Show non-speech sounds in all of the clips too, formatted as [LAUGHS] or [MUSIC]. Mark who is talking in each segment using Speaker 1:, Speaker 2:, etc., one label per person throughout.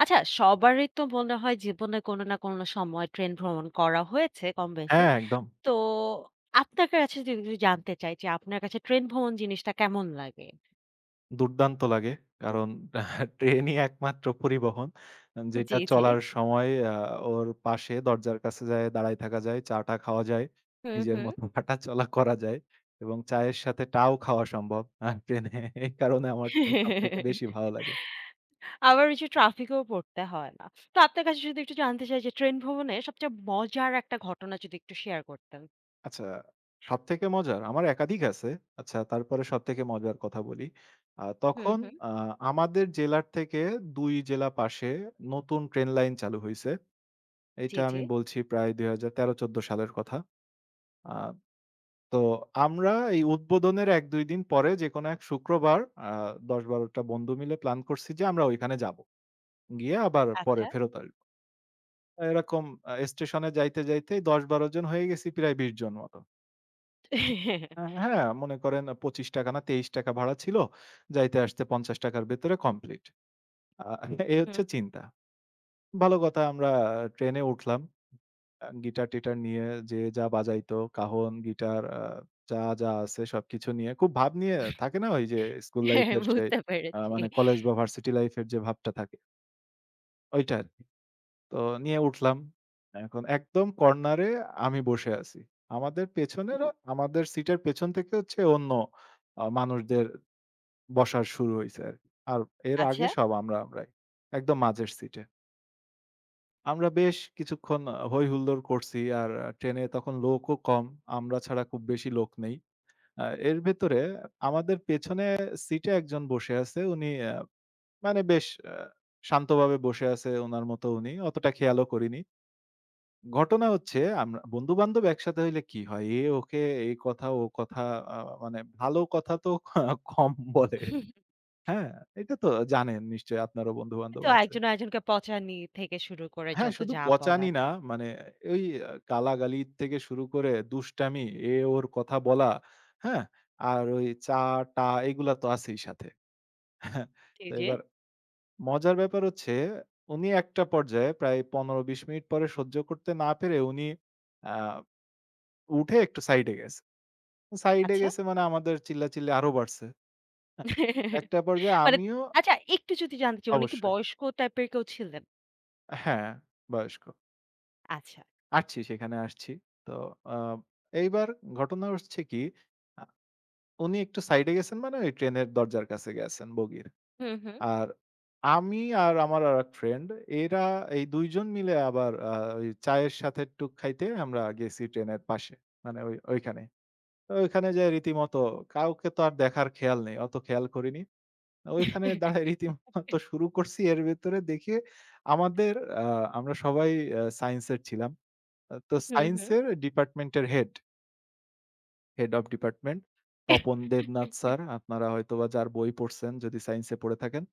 Speaker 1: আচ্ছা, সবারই তো মনে হয় জীবনে কোনো না কোনো সময় ট্রেন ভ্রমণ করা হয়েছে কম বেশি।
Speaker 2: হ্যাঁ, একদম।
Speaker 1: তো আপনার কাছে যদি একটু জানতে চাই যে আপনার কাছে ট্রেন ভ্রমণ জিনিসটা কেমন লাগে?
Speaker 2: দুর্দান্ত লাগে। কারণ [LAUGHS] ট্রেনই একমাত্র পরিবহন
Speaker 1: জি,
Speaker 2: যেটা
Speaker 1: জি।
Speaker 2: চলার সময় ওর পাশে দরজার কাছে যায়ে দাঁড়ায় থাকা যায়, চা-টা খাওয়া যায়,
Speaker 1: হুম,
Speaker 2: নিজের
Speaker 1: হুম।
Speaker 2: মতো [LAUGHS] হাঁটাচলা করা যায় এবং চায়ের সাথে টাও খাওয়া সম্ভব। আর ট্রেনে [LAUGHS] এই কারণে আমার ট্রেন সবথেকে বেশি ভালো লাগে।
Speaker 1: আবার ওই যে ট্রাফিকেও পড়তে হয় না। তো আপনার কাছে যদি একটু জানতে চাই যে ট্রেন ভ্রমণের সবচেয়ে মজার একটা ঘটনা যদি একটু শেয়ার করতেন?
Speaker 2: আচ্ছা, সবথেকে মজার আমার একাধিক আছে। আচ্ছা, তারপরে সবথেকে মজার কথা বলি। আ
Speaker 1: হুম,
Speaker 2: তখন
Speaker 1: হুম।
Speaker 2: আ আমাদের জেলার থেকে ২ জেলা পাশে নতুন ট্রেন লাইন চালু হইছে।
Speaker 1: জি,
Speaker 2: এইটা
Speaker 1: জি।
Speaker 2: আমি বলছি প্রায় ২০১৩-১৪ সালের কথা। আ তো আমরা এই উদ্বোধনের ১-২ দিন পরে যেকোনো এক শুক্রবার আ ১০-১২ টা বন্ধু মিলে প্ল্যান করছি যে আমরা ওইখানে যাবো। গিয়ে আবার পরে
Speaker 1: আচ্ছা।
Speaker 2: ফেরত আসবো। এরকম স্টেশনে যাইতে, যাইতেই ১০-১২ জন হয়ে গেছি প্রায় ২০ জন মতো। হ্যাঁ, মনে করেন ৳২৫ না ৳২৩ ভাড়া ছিল। যাইতে আসতে ৳৫০ র ভেতরে কমপ্লিট। আ এই
Speaker 1: হুম।
Speaker 2: হচ্ছে চিন্তা। ভালো কথা, আমরা ট্রেনে উঠলাম। গিটার-টিটার নিয়ে যে যা বাজাইতো, কাহন, গিটার, যা, যা আছে সবকিছু নিয়ে খুব ভাব নিয়ে থাকে না? ওই যে স্কুল লাইফের
Speaker 1: [LAUGHS]
Speaker 2: সেই,
Speaker 1: বুঝতে পেরেছি।
Speaker 2: মানে কলেজ বা ভার্সিটি লাইফের যে ভাবটা থাকে, ওইটা আরকি। তো নিয়ে উঠলাম। এখন একদম কর্নারে আমি বসে আছি। আমাদের পেছনেরও আমাদের সিটের পেছন থেকে হচ্ছে অন্য মানুষদের বসার শুরু হইছে আরকি। আর এর আগে
Speaker 1: আচ্ছা।
Speaker 2: সব আমরাই। একদম মাঝের সিটে। আমরা বেশ কিছুক্ষণ হই-হুল্লোড় করছি। আর ট্রেনে তখন লোকও কম। আমরা ছাড়া খুব বেশি লোক নেই। এর ভেতরে আমাদের পেছনে সিটে একজন বসে আছে। উনি মানে বেশ শান্তভাবে বসে আছে, উনার মতো উনি। অতটা খেয়ালও করিনি। ঘটনা হচ্ছে, আমরা বন্ধু-বান্ধব একসাথে হইলে কি হয়? এ ওকে এই কথা, ও কথা, আ মানে ভালো কথা তো [LAUGHS] কম বলে। হ্যাঁ? এটা তো জানেন নিশ্চয়ই, আপনারও বন্ধু-বান্ধব
Speaker 1: তো
Speaker 2: আছে।
Speaker 1: একজন আরেকজনকে পচানি থেকে শুরু করে
Speaker 2: হ্যাঁ,
Speaker 1: যত
Speaker 2: শুধু
Speaker 1: যা বলা
Speaker 2: পচানি না,
Speaker 1: যায়।
Speaker 2: মানে ওই গালাগালি থেকে শুরু করে দুষ্টামি, এ ওর কথা বলা, হ্যাঁ? আর ওই চা-টা, এগুলা তো আছেই সাথে। হ্যাঁ,
Speaker 1: জি,
Speaker 2: তো
Speaker 1: জি।
Speaker 2: এবার মজার ব্যাপার হচ্ছে, উনি একটা পর্যায়ে প্রায় ১৫-২০ মিনিট পরে সহ্য করতে না পেরে উনি আ উঠে একটু সাইডে গেছে। সাইডে
Speaker 1: আচ্ছা।
Speaker 2: গেছে মানে আমাদের চিল্লাচিল্লি আরো বাড়ছে। হ্যাঁ, একটা পর্যায়ে
Speaker 1: মানে
Speaker 2: আমিও
Speaker 1: আচ্ছা একটু যদি জানতে চাই উনি কি
Speaker 2: অবশ্যই,
Speaker 1: বয়স্ক টাইপের কেউ ছিলেন?
Speaker 2: হ্যাঁ, বয়স্ক।
Speaker 1: আচ্ছা।
Speaker 2: আসছি, সেখানে আসছি। তো আ এইবার ঘটনা হচ্ছে কি, আ উনি একটু সাইডে গেছেন মানে ওই ট্রেনের দরজার কাছে গেছেন, বগির।
Speaker 1: হুম, হুম।
Speaker 2: আর আমি আর আমার আরেক ফ্রেন্ড, এরা এই ২ জন মিলে আবার ওই চায়ের সাথে টুক খাইতে আমরা গেছি ট্রেনের পাশে, মানে ওইখানে। তো ওইখানে যেয়ে রীতিমতো, কাউকে তো আর দেখার খেয়াল নেই। অত খেয়াল করিনি। ওইখানে দাঁড়ায় রীতিমতো শুরু করছি। এর ভেতরে দেখি আমাদের আ আমরা সবাই সায়েন্সের ছিলাম। তো
Speaker 1: হুম, হুম।
Speaker 2: সায়েন্সের ডিপার্টমেন্টের head, head of department Tapan Debnath sir. আপনারা হয়তোবা যার বই পড়ছেন যদি সায়েন্সে পড়ে থাকেন।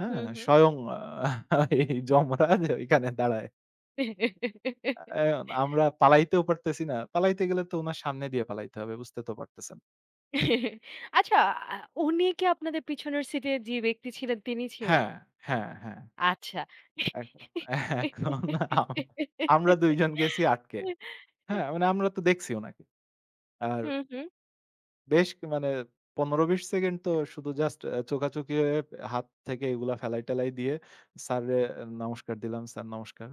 Speaker 2: হ্যাঁ?
Speaker 1: হুম, হুম।
Speaker 2: স্বয়ং [LAUGHS] এই যমরাজ ওইখানে দাঁড়ায়। এখন আমরা পালাইতেও পারতেছি না। পালাইতে গেলে তো উনার সামনে দিয়ে পালাইতে হবে, বুঝতে তো পারতেছেন।
Speaker 1: আচ্ছা, আ উনি কি আপনাদের পিছনের সিটে যে ব্যক্তি ছিলেন তিনি ছিলেন?
Speaker 2: হ্যাঁ, হ্যাঁ, হ্যাঁ।
Speaker 1: আচ্ছা।
Speaker 2: এখন এখন আম আমরা ২ জন গেছি আটকে। হ্যাঁ? মানে আমরা তো দেখছি উনাকে। আর
Speaker 1: হুম, হুম।
Speaker 2: মানে ১৫-২০ সেকেন্ড তো শুধু জাস্ট চোখাচোখি হয়ে হাত থেকে এগুলা ফেলাই-টেলাই দিয়ে স্যারে নমস্কার দিলাম, "স্যার নমস্কার।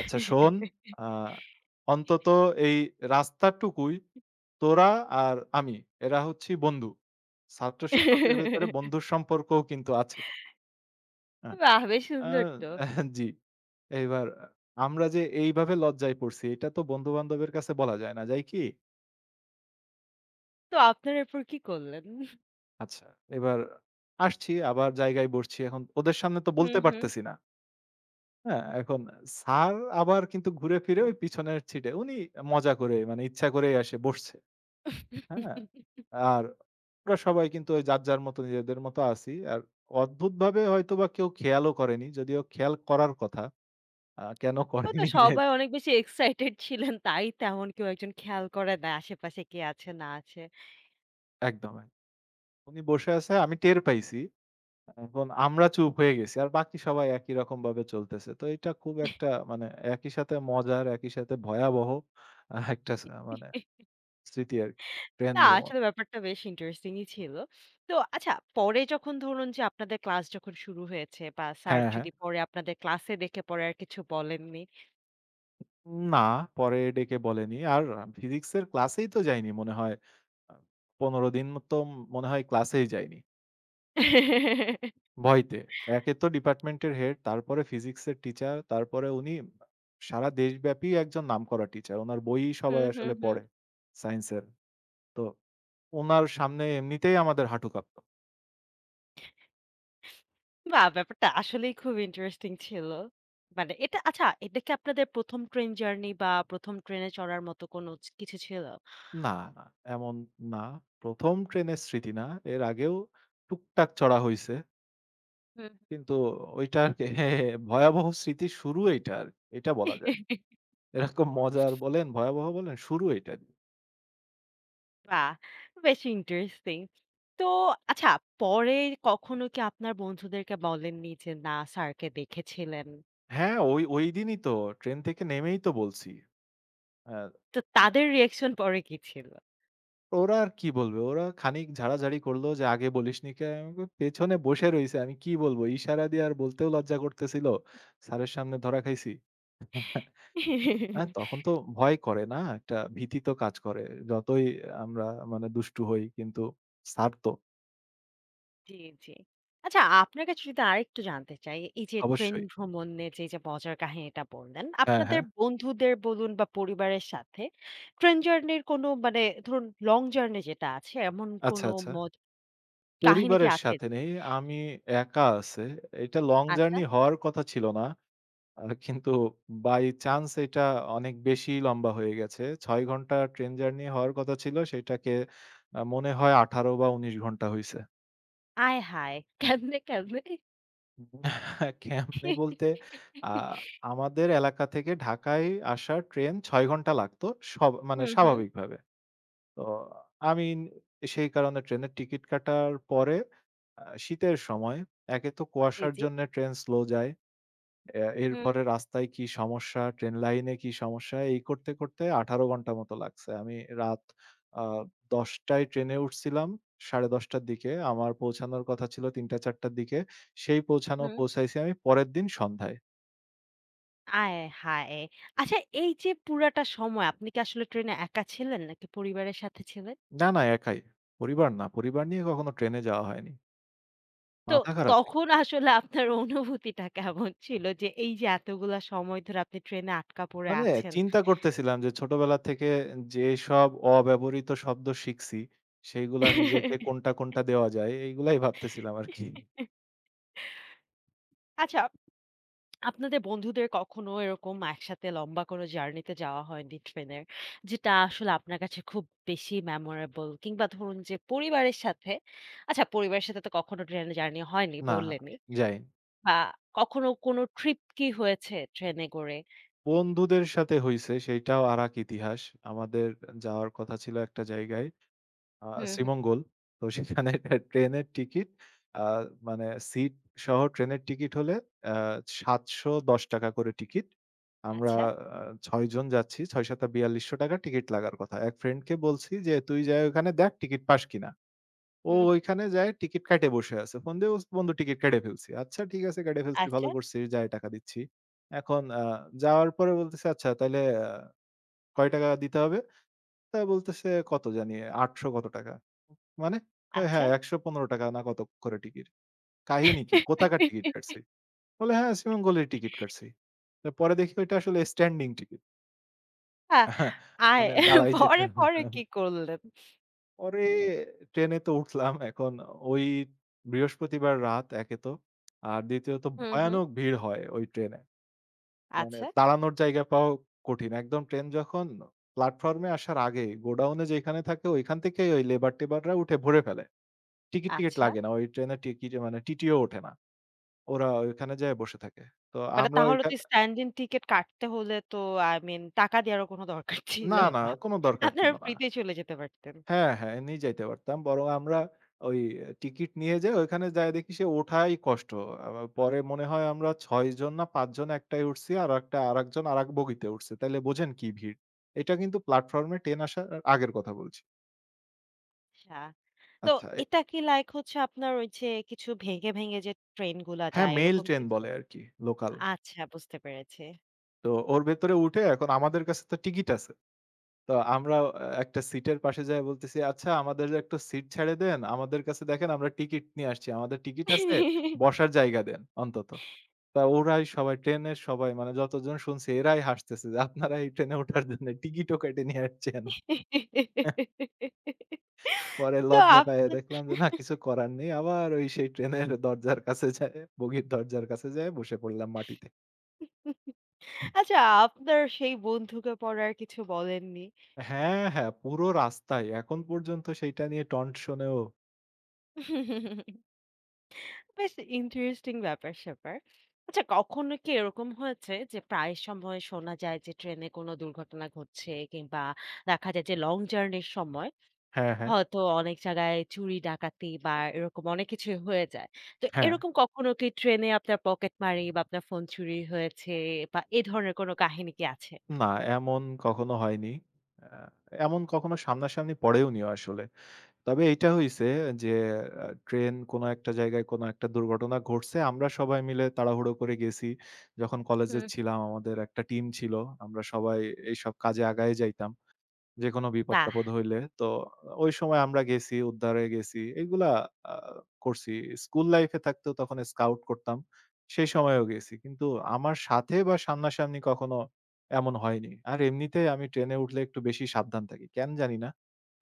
Speaker 2: আচ্ছা শোন, আ অন্তত এই রাস্তাটুকুই তোরা আর আমি, এরা হচ্ছি বন্ধু। ছাত্র-শিক্ষকের ভেতরে বন্ধুর সম্পর্কও কিন্তু আছে।" হ্যাঁ?
Speaker 1: বাহ! বেশ
Speaker 2: আ
Speaker 1: সুন্দর তো।
Speaker 2: জি। এইবার আমরা যে এইভাবে লজ্জায় পড়ছি, এটা তো বন্ধু-বান্ধবের কাছে বলা যায় না। যায় কি?
Speaker 1: তো আপনার এরপর কি করলেন?
Speaker 2: আচ্ছা, এবার আসছি আবার জায়গায় বসছি। এখন ওদের সামনে তো
Speaker 1: হুম,
Speaker 2: বলতে
Speaker 1: হুম।
Speaker 2: পারতেছি না। হ্যাঁ? এখন স্যার আবার কিন্তু ঘুরে ফিরে ওই পিছনের সিটে। উনি মজা করে মানে ইচ্ছা করেই আসে বসছে। হ্যাঁ? আর ওরা সবাই কিন্তু ওই যার, যার মতো নিজেদের মতো আছি। আর অদ্ভুতভাবে হয়তোবা কেউ খেয়ালও করেনি। যদিও খেয়াল করার কথা। কেন
Speaker 1: হয়তো
Speaker 2: করেনি? [LAUGHS] যে-
Speaker 1: সবাই অনেক বেশি এক্সাইটেড ছিলেন তাই তেমন কেউ একজন খেয়াল করে না আশেপাশে কে আছে না আছে।
Speaker 2: একদম, একদম। উনি বসে আছে, আমি টের পাইছি। এখন আমরা চুপ হয়ে গেছি। আর বাকি সবাই একই রকমভাবে চলতেছে। তো এটা খুব একটা, মানে একই সাথে মজার, একই সাথে ভয়াবহ আ একটা স মানে স্মৃতি আরকি। ট্রেন
Speaker 1: না
Speaker 2: ভ্রমণ।
Speaker 1: আসলে ব্যাপারটা বেশ ইন্টারেস্টিংই ছিল। তো আচ্ছা পরে যখন ধরুন যে আপনাদের ক্লাস যখন শুরু হয়েছে বা স্যার
Speaker 2: হ্যাঁ, হ্যাঁ।
Speaker 1: যদি পরে আপনাদের ক্লাসে দেখে পরে আর কিছু বলেননি?
Speaker 2: না, পরে ডেকে বলেনি। আর ফিজিক্সের ক্লাসেই তো যাইনি মনে হয়। আ ১৫ দিন তো মনে হয় ক্লাসেই যাইনি। ভয়তে। একে তো ডিপার্টমেন্টের হেড, তারপরে ফিজিক্সের টিচার, তারপরে উনি সারা দেশব্যাপী একজন নামকরা টিচার। উনার বইই সবাই
Speaker 1: হুম, হুম,
Speaker 2: আসলে
Speaker 1: হুম।
Speaker 2: পড়ে, সায়েন্সের। তো উনার সামনে এমনিতেই আমাদের হাঁটু কাঁপত।
Speaker 1: বাহ! ব্যাপারটা আসলেই খুব ইন্টারেস্টিং ছিল। মানে এটা আচ্ছা এটা কি আপনাদের ১ম ট্রেন জার্নি বা ১ম ট্রেনে চড়ার মতো কোনো কিছু ছিল?
Speaker 2: না, না, এমন না। ১ম ট্রেনের স্মৃতি না। এর আগেও টুকটাক চড়া হইছে।
Speaker 1: হুম।
Speaker 2: কিন্তু ওইটা আরকি, ভয়াবহ স্মৃতির শুরু এইটা আরকি। এটা বলা যায়।
Speaker 1: [LAUGHS]
Speaker 2: এরকম মজার বলেন, ভয়াবহ বলেন, শুরু এইটা দিয়ে।
Speaker 1: বাহ! বেশ ইন্টারেস্টিং। তো আচ্ছা পরে কখনো কি আপনার বন্ধুদেরকে বলেননি যে না স্যারকে দেখেছিলেন?
Speaker 2: হ্যাঁ, ওইদিনই তো ট্রেন থেকে নেমেই তো বলছি। আ
Speaker 1: তো তাদের রিঅ্যাকশন পরে কি ছিল?
Speaker 2: ওরা আর কি বলবে? ওরা খানিক ঝাড়াঝাড়ি করল যে, "আগে বলিসনি কে?" আমি পেছনে বসে রইছি। আমি কি বলব? ইশারা দিয়ে আর বলতেও লজ্জা করতেছিল। স্যারের সামনে ধরা খাইছি।
Speaker 1: [LAUGHS]
Speaker 2: হ্যাঁ, তখন তো ভয় করে না? একটা ভীতি তো কাজ করে। যতই আমরা মানে দুষ্টু হই, কিন্তু স্যার তো
Speaker 1: জি, জি। আচ্ছা আপনার কাছে যদি আরেকটু জানতে চাই, এই যে ট্রেন
Speaker 2: অবশ্যই।
Speaker 1: ভ্রমণে যে মজার কাহিনীটা বললেন,
Speaker 2: হ্যাঁ,
Speaker 1: আপনাদের
Speaker 2: হ্যাঁ।
Speaker 1: বন্ধুদের বলুন বা পরিবারের সাথে ট্রেন জার্নির কোনো মানে ধরুন লং জার্নি যেটা আছে এমন
Speaker 2: আচ্ছা,
Speaker 1: কোনো
Speaker 2: আচ্ছা।
Speaker 1: মজ কাহিনী কি
Speaker 2: পরিবারের
Speaker 1: আছে?
Speaker 2: সাথে নেই। আমি একা আছে। এটা লং
Speaker 1: আচ্ছা।
Speaker 2: জার্নি হওয়ার কথা ছিল না। কিন্তু বাই চান্স এটা অনেক বেশি লম্বা হয়ে গেছে। ৬ ঘন্টা ট্রেন জার্নি হওয়ার কথা ছিল, সেটাকে মনে হয় ১৮ বা ১৯ ঘন্টা হইছে।
Speaker 1: আয় হায়! কেমনে, কেমনে?
Speaker 2: [LAUGHS] উম কেমনে বলতে, আ আমাদের এলাকা থেকে ঢাকায় আসার ট্রেন ৬ ঘন্টা লাগতো, সব মানে
Speaker 1: হুম, হুম।
Speaker 2: স্বাভাবিকভাবে। তো আমি সেই কারণে ট্রেনের টিকিট কাটার পরে, শীতের সময় একে তো
Speaker 1: জি,
Speaker 2: কুয়াশার
Speaker 1: জি।
Speaker 2: জন্য ট্রেন স্লো যায়।
Speaker 1: হুম,
Speaker 2: এরপরে রাস্তায় কি সমস্যা, ট্রেন লাইনে কি সমস্যা, এই করতে, করতে ১৮ ঘন্টা মতো লাগছে। আমি রাত আ ১০:০০ টায় ট্রেনে উঠছিলাম, ১০:৩০ র দিকে। আমার পৌঁছানোর কথা ছিল ৩টা-৪টার দিকে। সেই পৌঁছানো
Speaker 1: হুম।
Speaker 2: পৌঁছাইছি আমি পরের দিন সন্ধ্যায়।
Speaker 1: আয় হায়! আচ্ছা এই যে পুরাটা সময় আপনি কি আসলে ট্রেনে একা ছিলেন নাকি পরিবারের সাথে ছিলেন?
Speaker 2: না, না একাই। পরিবার না। পরিবার নিয়ে কখনো ট্রেনে যাওয়া হয়নি।
Speaker 1: তো
Speaker 2: মাথা খারাপ নাকি?
Speaker 1: তখন আসলে আপনার অনুভূতিটা কেমন ছিল যে এই যে এতগুলা সময় ধরে আপনি ট্রেনে আটকা পড়ে
Speaker 2: মানে
Speaker 1: আছেন?
Speaker 2: চিন্তা করতেছিলাম যে ছোটবেলা থেকে যেসব অব্যবহৃত শব্দ শিখছি, সেইগুলা নিজেকে কোনটা,
Speaker 1: [LAUGHS]
Speaker 2: কোনটা দেওয়া যায়, এইগুলাই ভাবতেছিলাম আরকি।
Speaker 1: আচ্ছা আপনাদের বন্ধুদের কখনো এরকম একসাথে লম্বা কোনো জার্নিতে যাওয়া হয়নি ট্রেনের? যেটা আসলে আপনার কাছে খুব বেশি মেমোরেবল কিংবা ধরুন যে পরিবারের সাথে আচ্ছা পরিবারের সাথে তো কখনো ট্রেনে জার্নি হয়নি
Speaker 2: না,
Speaker 1: বললেনই।
Speaker 2: যাই
Speaker 1: বা কখনো কোনো ট্রিপ কি হয়েছে ট্রেনে করে?
Speaker 2: বন্ধুদের সাথে হইছে, সেইটাও আরেক ইতিহাস। আমাদের যাওয়ার কথা ছিল একটা জায়গায়, আ
Speaker 1: হুম, হুম।
Speaker 2: শ্রীমঙ্গল। তো সেখানে একটা ট্রেনের টিকিট, আ মানে সিট সহ ট্রেনের টিকিট হলে আ ৳৭১০ করে টিকিট। আমরা
Speaker 1: আচ্ছা,
Speaker 2: আ ৬ জন যাচ্ছি। ৬ ৭ ৳৪২০০ টিকিট লাগার কথা। এক ফ্রেন্ডকে বলছি যে, "তুই যায়ে ওখানে দেখ টিকিট পাস কিনা?" ও
Speaker 1: হুম, হুম।
Speaker 2: ওইখানে যায় টিকিট কাইটে বসে আছে। ফোন দিয়ে বলছে, "বন্ধু টিকিট কেটে ফেলছি।" "আচ্ছা ঠিক আছে, কেটে ফেলছিস, ভালো
Speaker 1: আচ্ছা,
Speaker 2: করছিস। যা, টাকা দিচ্ছি।" এখন যাওয়ার পরে বলতেছে, "আচ্ছা তাইলে কয় টাকা দিতে হবে?" তা বলতেছে, "কত জানি ৳৮০০ কত টাকা।" "মানে?" কয়,
Speaker 1: আচ্ছা।
Speaker 2: "হ্যাঁ ৳১১৫ না কত করে টিকিট।" "কাহিনী কি? কোথাকার টিকিট কাটছি?" বলে, "হ্যাঁ, শ্রীমঙ্গলের টিকিট কাটছি।" তো পরে দেখি ওইটা আসলে স্ট্যান্ডিং টিকিট।
Speaker 1: আ আয়
Speaker 2: মানে দাঁড়ায় যেতে,
Speaker 1: পরে, পরে কি করলেন?
Speaker 2: পরে ট্রেনে তো উঠলাম। এখন ওই বৃহস্পতিবার রাত একে তো। আর দ্বিতীয়ত
Speaker 1: হুম, হুম।
Speaker 2: ভয়ানক ভিড় হয় ওই ট্রেনে। মানে
Speaker 1: আচ্ছা,
Speaker 2: দাঁড়ানোর জায়গা পাওয়াও কঠিন। একদম ট্রেন যখন প্ল্যাটফর্মে আসার আগেই গোডাউনে যেখানে থাকে ওইখান থেকেই ওই লেবার-টেবাররা উঠে ভরে ফেলে। টিকিট-টিকিট
Speaker 1: আচ্ছা।
Speaker 2: লাগে না। ওই ট্রেনে টিকিট মানে টিটিও ওঠে না। ওরা ওইখানে যেয়ে বসে থাকে। তো
Speaker 1: মানে
Speaker 2: আমরা
Speaker 1: তাহলে তো
Speaker 2: ওইখান,
Speaker 1: স্ট্যান্ড ইন টিকেট কাটতে হলে তো আই মিন টাকা দেওয়ারও কোনো দরকার [LAUGHS] ছিল
Speaker 2: না, না,
Speaker 1: না।
Speaker 2: কোনো দরকার
Speaker 1: আপনারা
Speaker 2: ছিল না।
Speaker 1: ফ্রিতেই চলে যেতে পারতেন।
Speaker 2: হ্যাঁ, হ্যাঁ, এমনিই যাইতে পারতাম। বরং আমরা ওই টিকিট নিয়ে যাই, ওইখানে যায়ে দেখি সে ওঠাই কষ্ট। আ পরে মনে হয় আমরা ৬ জন না ৫ জন একটায় উঠছি, আরেকটা আরেকজন আরেক বগিতে উঠছে। তাইলে বোঝেন কি ভিড়। এটা কিন্তু প্ল্যাটফর্মে ট্রেন আসার আগের কথা বলছি।
Speaker 1: আচ্ছা। তো
Speaker 2: আচ্ছা এ
Speaker 1: এটা কি লাইক হচ্ছে আপনার ওই যে কিছু ভেঙে, ভেঙে যে ট্রেন গুলা
Speaker 2: হ্যাঁ,
Speaker 1: যায়
Speaker 2: মেইল
Speaker 1: এরকম
Speaker 2: ট্রেন
Speaker 1: কিছু?
Speaker 2: বলে আরকি, লোকাল।
Speaker 1: আচ্ছা বুঝতে পেরেছি।
Speaker 2: তো ওর ভেতরে উঠে এখন আমাদের কাছে তো টিকিট আছে। তো আমরা একটা সিটের পাশে যায়ে বলতেছি, "আচ্ছা আমাদের একটা সিট ছেড়ে দেন। আমাদের কাছে দেখেন আমরা টিকিট নিয়ে আসছি। আমাদের টিকিট আছে, বসার জায়গা দেন অন্তত।" তা ওরাই সবাই ট্রেনের সবাই মানে যতজন শুনছি, এরাই হাসতেছে যে, "আপনারা এই ট্রেনে ওঠার জন্য টিকিটও কেটে নিয়ে আসছেন।" পরে
Speaker 1: তো
Speaker 2: লজ্জা
Speaker 1: আপ
Speaker 2: পাইয়া দেখলাম যে না, কিছু করার নেই। আবার ওই সেই ট্রেনের দরজার কাছে যেয়ে বগির দরজার কাছে যেয়ে বসে পড়লাম মাটিতে।
Speaker 1: আচ্ছা আপনার সেই বন্ধুকে পরে আর কিছু বলেননি?
Speaker 2: হ্যাঁ, হ্যাঁ, পুরো রাস্তায় এখন পর্যন্ত সেইটা নিয়ে টন্ট শুনেও
Speaker 1: বেশ ইন্টারেস্টিং ব্যাপার-স্যাপার। আচ্ছা কখনো কি এরকম হয়েছে যে প্রায় সময় শোনা যায় যে ট্রেনে কোনো দুর্ঘটনা ঘটছে কিংবা দেখা যায় যে লং জার্নির সময়
Speaker 2: হ্যাঁ, হ্যাঁ,
Speaker 1: হয়তো অনেক জায়গায় চুরি ডাকাতি বা এরকম অনেক কিছুই হয়ে যায়। তো
Speaker 2: হ্যাঁ।
Speaker 1: এরকম কখনো কি ট্রেনে আপনার পকেট মারি বা আপনার ফোন চুরি হয়েছে বা এ ধরনের কোনো কাহিনী কি আছে?
Speaker 2: না, এমন কখনো হয়নি। আ এমন কখনো সামনাসামনি পড়েওনি আসলে। তবে এইটা হইছে যে, ট্রেন কোনো একটা জায়গায় কোনো একটা দুর্ঘটনা ঘটছে। আমরা সবাই মিলে তাড়াহুড়ো করে গেছি। যখন কলেজে
Speaker 1: হুম।
Speaker 2: ছিলাম আমাদের একটা টিম ছিল। আমরা সবাই এইসব কাজে আগায়ে যাইতাম। যেকোনো
Speaker 1: বাহ!
Speaker 2: বিপদ-টাপদ হইলে। তো ওই সময় আমরা গেছি, উদ্ধারে গেছি। এগুলা আ করছি। স্কুল লাইফ এ থাকতেও তখন স্কাউট করতাম। সেই সময়েও গেছি। কিন্তু আমার সাথে বা সামনাসামনি কখনো এমন হয়নি। আর এমনিতেই আমি ট্রেনে উঠলে একটু বেশি সাবধান থাকি। কেন জানি না।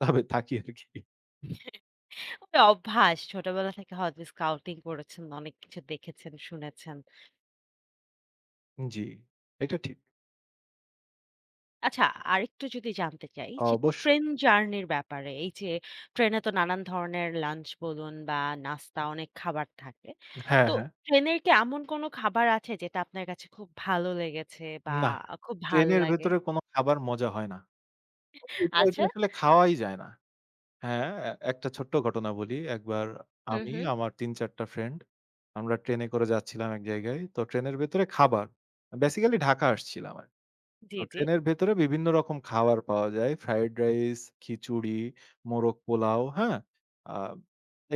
Speaker 2: তবে থাকি আরকি।
Speaker 1: ওই অভ্যাস ছোটবেলা থেকে হয়তো স্কাউটিং করেছেন, অনেক কিছু দেখেছেন, শুনেছেন।
Speaker 2: জি, এটা ঠিক।
Speaker 1: আচ্ছা আরেকটু যদি জানতে চাই যে
Speaker 2: অবশ্যই।
Speaker 1: ট্রেন জার্নির ব্যাপারে এই যে ট্রেনে তো নানান ধরনের লাঞ্চ বলুন বা নাস্তা অনেক খাবার থাকে
Speaker 2: হ্যাঁ,
Speaker 1: তো
Speaker 2: হ্যাঁ।
Speaker 1: ট্রেনের কি এমন কোনো খাবার আছে যেটা আপনার কাছে খুব ভালো লেগেছে বা
Speaker 2: না,
Speaker 1: খুব ভাল
Speaker 2: ট্রেনের
Speaker 1: লাগে
Speaker 2: ভেতরে কোনো খাবার মজা হয় না। ওইটা ওইটা
Speaker 1: আচ্ছা।
Speaker 2: আসলে খাওয়াই যায় না। হ্যাঁ, এ একটা ছোট্ট ঘটনা বলি। একবার
Speaker 1: হুম,
Speaker 2: আমি,
Speaker 1: হুম।
Speaker 2: আমার ৩-৪ টা ফ্রেন্ড আমরা ট্রেনে করে যাচ্ছিলাম এক জায়গায়। তো ট্রেনের ভেতরে খাবার। বেসিক্যালি ঢাকা আসছিলাম আরকি। তো
Speaker 1: জি, জি।
Speaker 2: ট্রেনের ভেতরে বিভিন্ন রকম খাবার পাওয়া যায়। ফ্রাইড রাইস, খিচুড়ি, মোরগ পোলাও, হ্যাঁ? আ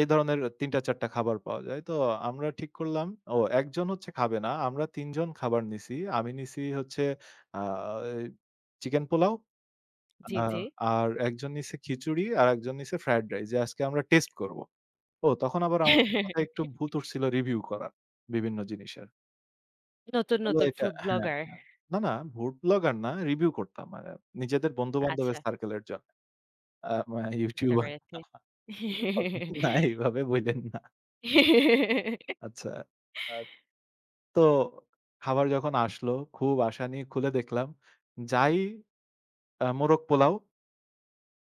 Speaker 2: এই ধরনের ৩ টা ৪ টা খাবার পাওয়া যায়। তো আমরা ঠিক করলাম, ও একজন হচ্ছে খাবে না। আমরা ৩ জন খাবার নিছি। আমি নিছি হচ্ছে আ এই চিকেন পোলাও,
Speaker 1: জি,
Speaker 2: আ
Speaker 1: জি।
Speaker 2: আর একজন নিছে খিচুড়ি, আর একজন নিছে ফ্রাইড রাইস, যে আজকে আমরা টেস্ট করব। ও তখন আবার আমাদের মাথায়
Speaker 1: [LAUGHS]
Speaker 2: একটু ভূত উঠছিল রিভিউ করার বিভিন্ন জিনিসের।
Speaker 1: নতুন
Speaker 2: হলো
Speaker 1: নতুন
Speaker 2: এটা,
Speaker 1: ফুড
Speaker 2: হ্যাঁ,
Speaker 1: ব্লগার।
Speaker 2: হ্যাঁ। না, না, ফুড ব্লগার না, রিভিউ করতাম। নিজেদের বন্ধু-বান্ধবের
Speaker 1: আচ্ছা
Speaker 2: সার্কেলের জন্য। মানে
Speaker 1: বুঝতে
Speaker 2: ইউটিউবার,
Speaker 1: পেরেছি।
Speaker 2: [LAUGHS] না
Speaker 1: [LAUGHS]
Speaker 2: এইভাবে বইলেন না। আচ্ছা। আ তো খাবার যখন আসলো, খুব আশা নিয়ে খুলে দেখলাম যাই আ মোরগ পোলাও,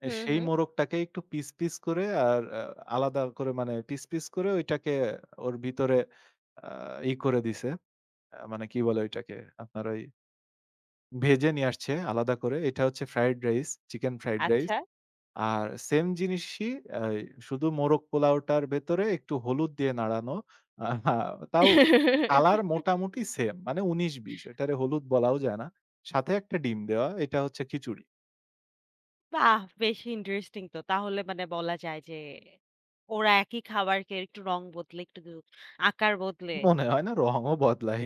Speaker 2: এ
Speaker 1: হুম,
Speaker 2: সেই
Speaker 1: হুম।
Speaker 2: মোরগটাকে একটু পিস, পিস করে আর আলাদা করে মানে পিস, পিস করে ওইটাকে ওর ভিতরে আ ই করে দিছে। মানে কি বলে ওইটাকে? আপনার ওই ভেজে নিয়ে আসছে আলাদা করে। এটা হচ্ছে fried rice, chicken fried rice.
Speaker 1: আচ্ছা।
Speaker 2: আর সেম জিনিসই এই, শুধু মোরগ পোলাওটার ভেতরে একটু হলুদ দিয়ে নাড়ানো। আহা, তাও কালার
Speaker 1: [LAUGHS]
Speaker 2: মোটামুটি সেম। মানে ১৯-২০, এটারে হলুদ বলাও যায় না। সাথে একটা ডিম দেওয়া। এটা হচ্ছে খিচুড়ি।
Speaker 1: বাহ! বেশ ইন্টারেস্টিং তো। তাহলে মানে বলা যায় যে ওরা একই খাবারকে একটু রং বদলে, একটু দু আকার বদলে
Speaker 2: মনে হয় না রঙও বদলায়।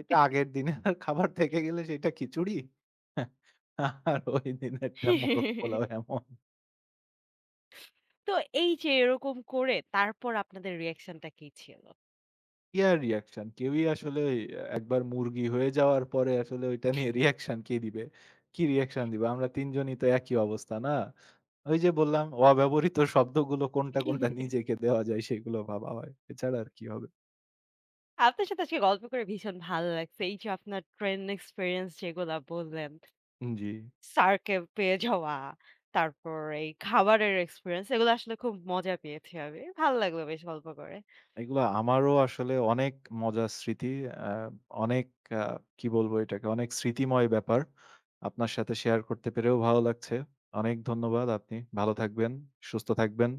Speaker 2: এটা আগের দিনের খাবার থেকে গেলে সেটা খিচুড়ি। আর ওই দিনেরটা মোরগ পোলাও এমন।
Speaker 1: তো এই যে এরকম করে তারপর আপনাদের রিঅ্যাকশনটা কি ছিল?
Speaker 2: ইয়ার রিঅ্যাকশন কেউই আসলে, একবার মুরগি হয়ে যাওয়ার পরে আসলে ওইটা নিয়ে রিঅ্যাকশন কে দিবে? কি রিঅ্যাকশন দিবে? আমরা ৩ জনই তো একই অবস্থা, না? ওই যে বললাম অব্যবহৃত শব্দগুলো কোনটা, কোনটা নিজেকে দেওয়া যায়, সেগুলো ভাবা হয়। এছাড়া আর কি হবে?
Speaker 1: আপনার সাথে আজকে গল্প করে ভীষণ ভালো লাগছে। এই যে আপনার ট্রেন এক্সপেরিয়েন্স যেগুলা বললেন,
Speaker 2: জি।
Speaker 1: স্যারকে পেয়ে যাওয়া, তারপর এই খাবারের এক্সপেরিয়েন্স এগুলো আসলে খুব মজা পেয়েছি আমি। ভালো লাগলো বেশ গল্প করে।
Speaker 2: এগুলো আমারও আসলে অনেক মজার স্মৃতি। আ অনেক, আ কি বলবো এটাকে? অনেক স্মৃতিময় ব্যাপার। আপনার সাথে শেয়ার করতে পেরেও ভালো লাগছে। অনেক ধন্যবাদ। আপনি ভালো থাকবেন, সুস্থ থাকবেন।